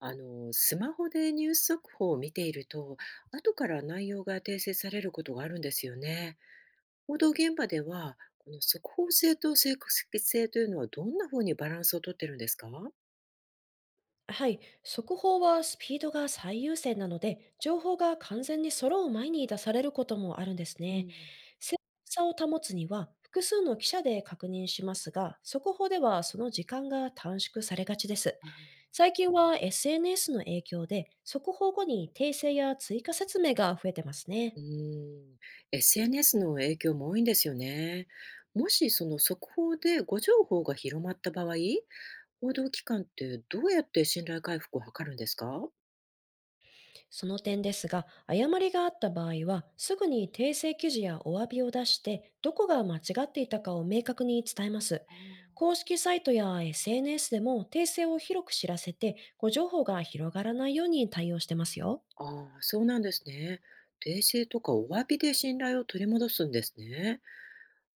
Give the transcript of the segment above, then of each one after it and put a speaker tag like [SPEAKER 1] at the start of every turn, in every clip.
[SPEAKER 1] スマホでニュース速報を見ていると、後から内容が訂正されることがあるんですよね。報道現場では、この速報性と正確性というのはどんなふうにバランスをとってるんですか？
[SPEAKER 2] はい、速報はスピードが最優先なので、情報が完全に揃う前に出されることもあるんです
[SPEAKER 1] う
[SPEAKER 2] ね。
[SPEAKER 1] ん。
[SPEAKER 2] 正確さを保つには、複数の記者で確認しますが、速報ではその時間が短縮されがちです。
[SPEAKER 1] あ
[SPEAKER 2] 最近は SNS の影響で、速報後に訂正や追加説明が増えてますね。
[SPEAKER 1] うーん、SNS の影響も多いんですよね。もしその速報で誤情報が広まった場合、報道機関ってどうやって信頼回復を図るんですか？
[SPEAKER 2] その点ですが、誤りがあった場合は、すぐに訂正記事やお詫びを出して、どこが間違っていたかを明確に伝えます。
[SPEAKER 1] あー。
[SPEAKER 2] 公式サイトや SNS でも訂正を広く知らせて、ご情報が広がらないように対応してますよ。
[SPEAKER 1] ああ、そうなんですね。訂正とかお詫びで信頼を取り戻すんですね。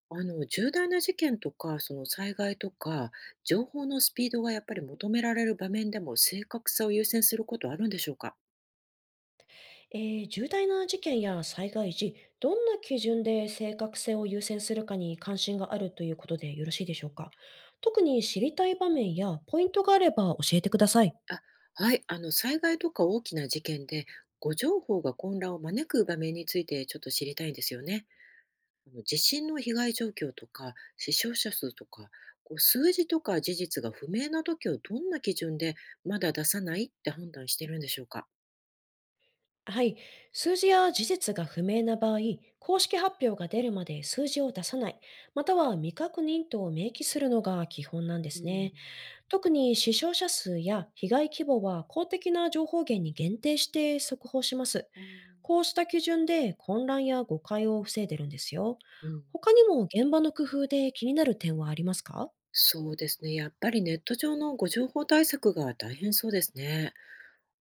[SPEAKER 1] 重大な事件とか、その災害とか、情報のスピードがやっぱり求められる場面でも正確さを優先することあるんでしょうか？
[SPEAKER 2] 重大な事件や災害時、どんな基準で正確性を優先するかに関心があるということでよろしいでしょうか。特に知りたい場面やポイントがあれば教えてください。
[SPEAKER 1] あ、はい、災害とか大きな事件で、誤情報が混乱を招く場面についてちょっと知りたいんですよね。あの地震の被害状況とか死傷者数とか、こう数字とか事実が不明な時をどんな基準でまだ出さないって判断してるんでしょうか？
[SPEAKER 2] はい。数字や事実が不明な場合、公式発表が出るまで数字を出さない、または未確認と明記するのが基本なんで
[SPEAKER 1] う
[SPEAKER 2] す
[SPEAKER 1] ん。
[SPEAKER 2] ね。特に死傷者数や被害規模は公的な情報源に限定して速報します。
[SPEAKER 1] うん
[SPEAKER 2] こうした基準で混乱や誤解を防いでるんですよ。
[SPEAKER 1] うん。
[SPEAKER 2] 他にも現場の工夫で気になる点はありますか？
[SPEAKER 1] そうですね、やっぱりネット上のご情報対策が大変そうですね。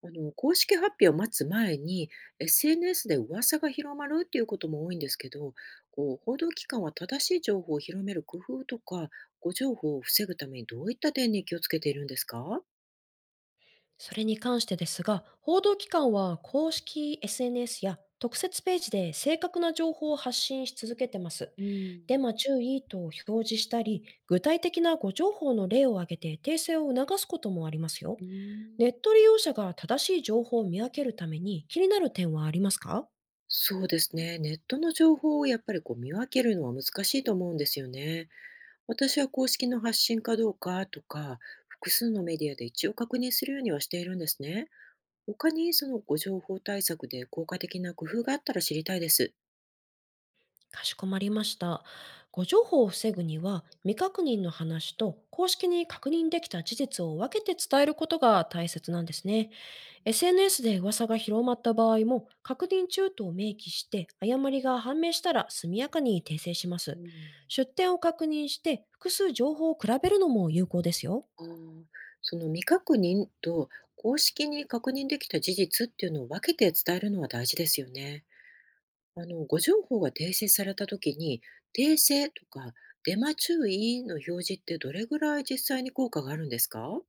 [SPEAKER 1] あの公式発表を待つ前に SNS で噂が広まるっていうことも多いんですけど、こう報道機関は正しい情報を広める工夫とか、ご情報を防ぐためにどういった点に気をつけているんですか？
[SPEAKER 2] それに関してですが、報道機関は公式 SNS や特設ページで正確な情報を発信し続けてます。
[SPEAKER 1] う
[SPEAKER 2] デ
[SPEAKER 1] ん。
[SPEAKER 2] マ注意と表示したり、具体的な誤情報の例を挙げて訂正を促すこともありますよ。
[SPEAKER 1] うーん。
[SPEAKER 2] ネット利用者が正しい情報を見分けるために気になる点はありますか？
[SPEAKER 1] そうですね。ネットの情報をやっぱりこう見分けるのは難しいと思うんですよね。私は公式の発信かどうかとか、複数のメディアで一応確認するようにはしているんですね。他にそのご情報対策で効果的な工夫があったら知りたいです。
[SPEAKER 2] かしこまりました。誤情報を防ぐには、未確認の話と公式に確認できた事実を分けて伝えることが大切なんですね。SNS で噂が広まった場合も、確認中と明記して、誤りが判明したら速やかに訂正しま
[SPEAKER 1] う
[SPEAKER 2] す。
[SPEAKER 1] ん、
[SPEAKER 2] 出典を確認して、複数情報を比べるのも有効ですよ。
[SPEAKER 1] あー、その未確認と公式に確認できた事実っていうのを分けて伝えるのは大事ですよね。誤情報が訂正された時に、訂正とかデマ注意の表示ってどれぐらい実際に効果があるんですか？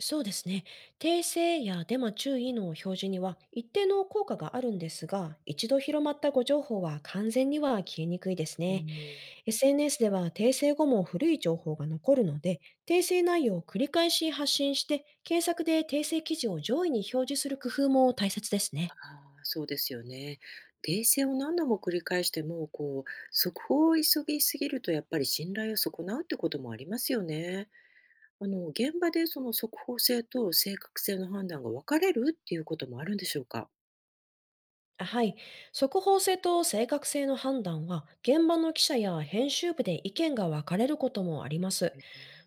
[SPEAKER 2] そうですね。訂正やデマ注意の表示には一定の効果があるんですが、一度広まった誤情報は完全には消えにくいです
[SPEAKER 1] う
[SPEAKER 2] ね。
[SPEAKER 1] ん。
[SPEAKER 2] SNS では訂正後も古い情報が残るので、訂正内容を繰り返し発信して、検索で訂正記事を上位に表示する工夫も大切です
[SPEAKER 1] あ
[SPEAKER 2] ね。
[SPEAKER 1] あ、そうですよね。訂正を何度も繰り返しても、こう、速報を急ぎすぎると、やっぱり信頼を損なうってこともありますよね。現場でその速報性と正確性の判断が分かれるっていうこともあるんでしょうか。
[SPEAKER 2] はい。速報性と正確性の判断は、現場の記者や編集部で意見が分かれることもあります。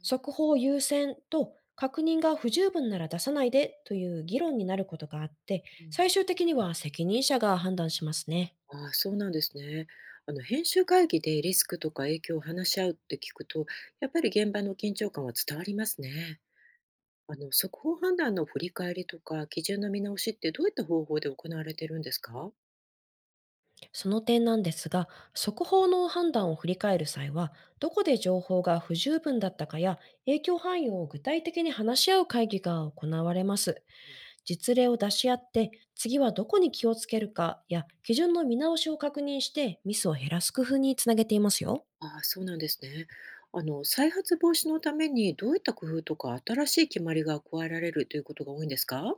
[SPEAKER 2] 速報優先と確認が不十分なら出さないでという議論になることがあって、
[SPEAKER 1] うん。
[SPEAKER 2] 最終的には責任者が判断しますね。
[SPEAKER 1] ああ、そうなんですね。編集会議でリスクとか影響を話し合うって聞くと、やっぱり現場の緊張感は伝わりますね。速報判断の振り返りとか、基準の見直しってどういった方法で行われてるんですか？
[SPEAKER 2] その点なんですが、速報の判断を振り返る際は、どこで情報が不十分だったかや影響範囲を具体的に話し合う会議が行われます。
[SPEAKER 1] うん。
[SPEAKER 2] 実例を出し合って、次はどこに気をつけるかや基準の見直しを確認してミスを減らす工夫につなげていますよ。
[SPEAKER 1] ああ、そうなんですね。再発防止のためにどういった工夫とか、新しい決まりが加えられるということが多いんですか？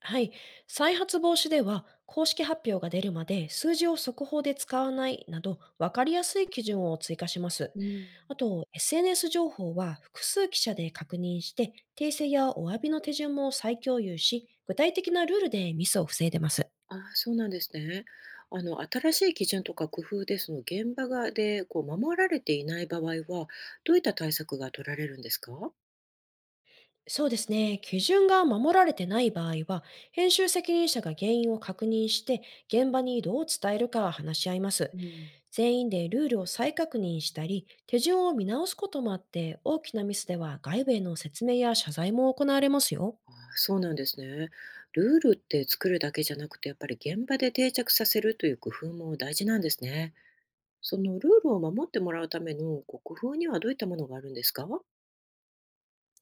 [SPEAKER 2] はい。再発防止では、公式発表が出るまで数字を速報で使わないなど、分かりやすい基準を追加します。
[SPEAKER 1] うん。
[SPEAKER 2] あと、SNS 情報は複数記者で確認して、訂正やお詫びの手順も再共有し、具体的なルールでミスを防いでます。
[SPEAKER 1] ああ、そうなんですね。新しい基準とか工夫で、その現場がで、こう、守られていない場合は、どういった対策が取られるんですか？
[SPEAKER 2] そうですね。基準が守られてない場合は、編集責任者が原因を確認して、現場にどう伝えるか話し合います。
[SPEAKER 1] うん。
[SPEAKER 2] 全員でルールを再確認したり、手順を見直すこともあって、大きなミスでは外部への説明や謝罪も行われますよ。
[SPEAKER 1] ああ、そうなんですね。ルールって作るだけじゃなくて、やっぱり現場で定着させるという工夫も大事なんですね。そのルールを守ってもらうための、こう、工夫にはどういったものがあるんですか？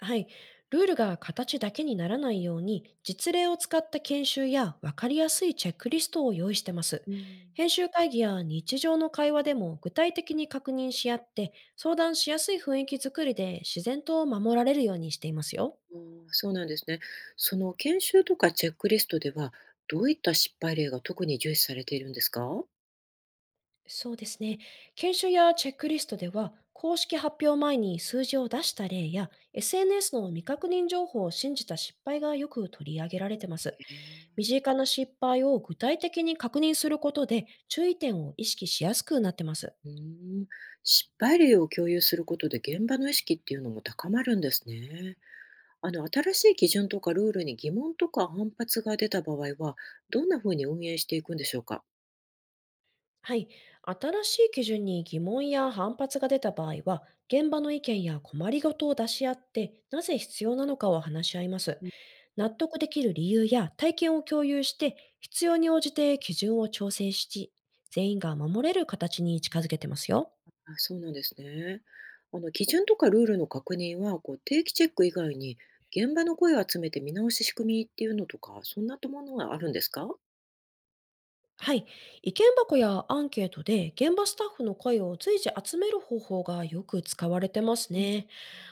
[SPEAKER 2] はい。ルールが形だけにならないように、実例を使った研修や分かりやすいチェックリストを用意してます。
[SPEAKER 1] うん。
[SPEAKER 2] 編集会議や日常の会話でも具体的に確認し合って、相談しやすい雰囲気づくりで自然と守られるようにしていますよ。
[SPEAKER 1] ああ、そうなんですね。その研修とかチェックリストでは、どういった失敗例が特に重視されているんですか？
[SPEAKER 2] そうですね。研修やチェックリストでは、公式発表前に数字を出した例や、SNS の未確認情報を信じた失敗がよく取り上げられてます。
[SPEAKER 1] へえ。
[SPEAKER 2] 身近な失敗を具体的に確認することで注意点を意識しやすくなってます。
[SPEAKER 1] うーん、失敗例を共有することで現場の意識っていうのも高まるんですね。あの新しい基準とかルールに疑問とか反発が出た場合は、どんなふうに運営していくんでしょうか。
[SPEAKER 2] はい。新しい基準に疑問や反発が出た場合は、現場の意見や困りごとを出し合って、なぜ必要なのかを話し合います。納得できる理由や体験を共有して、必要に応じて基準を調整し、全員が守れる形に近づけてますよ。
[SPEAKER 1] あ、そうなんですね。あの基準とかルールの確認はこう定期チェック以外に、現場の声を集めて見直し仕組みっていうのとかそんなものがあるんですか？
[SPEAKER 2] はい。意見箱やアンケートで現場スタッフの声を随時集める方法がよく使われてますね。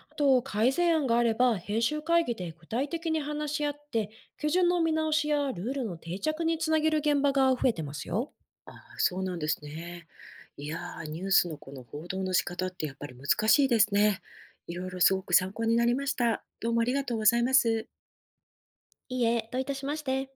[SPEAKER 2] あと、改善案があれば、編集会議で具体的に話し合って、基準の見直しやルールの定着につなげる現場が増えてますよ。
[SPEAKER 1] ああ、そうなんですね。いやー、ニュースのこの報道の仕方ってやっぱり難しいですね。いろいろすごく参考になりました。どうもありがとうございます。
[SPEAKER 2] いいえ、どういたしまして。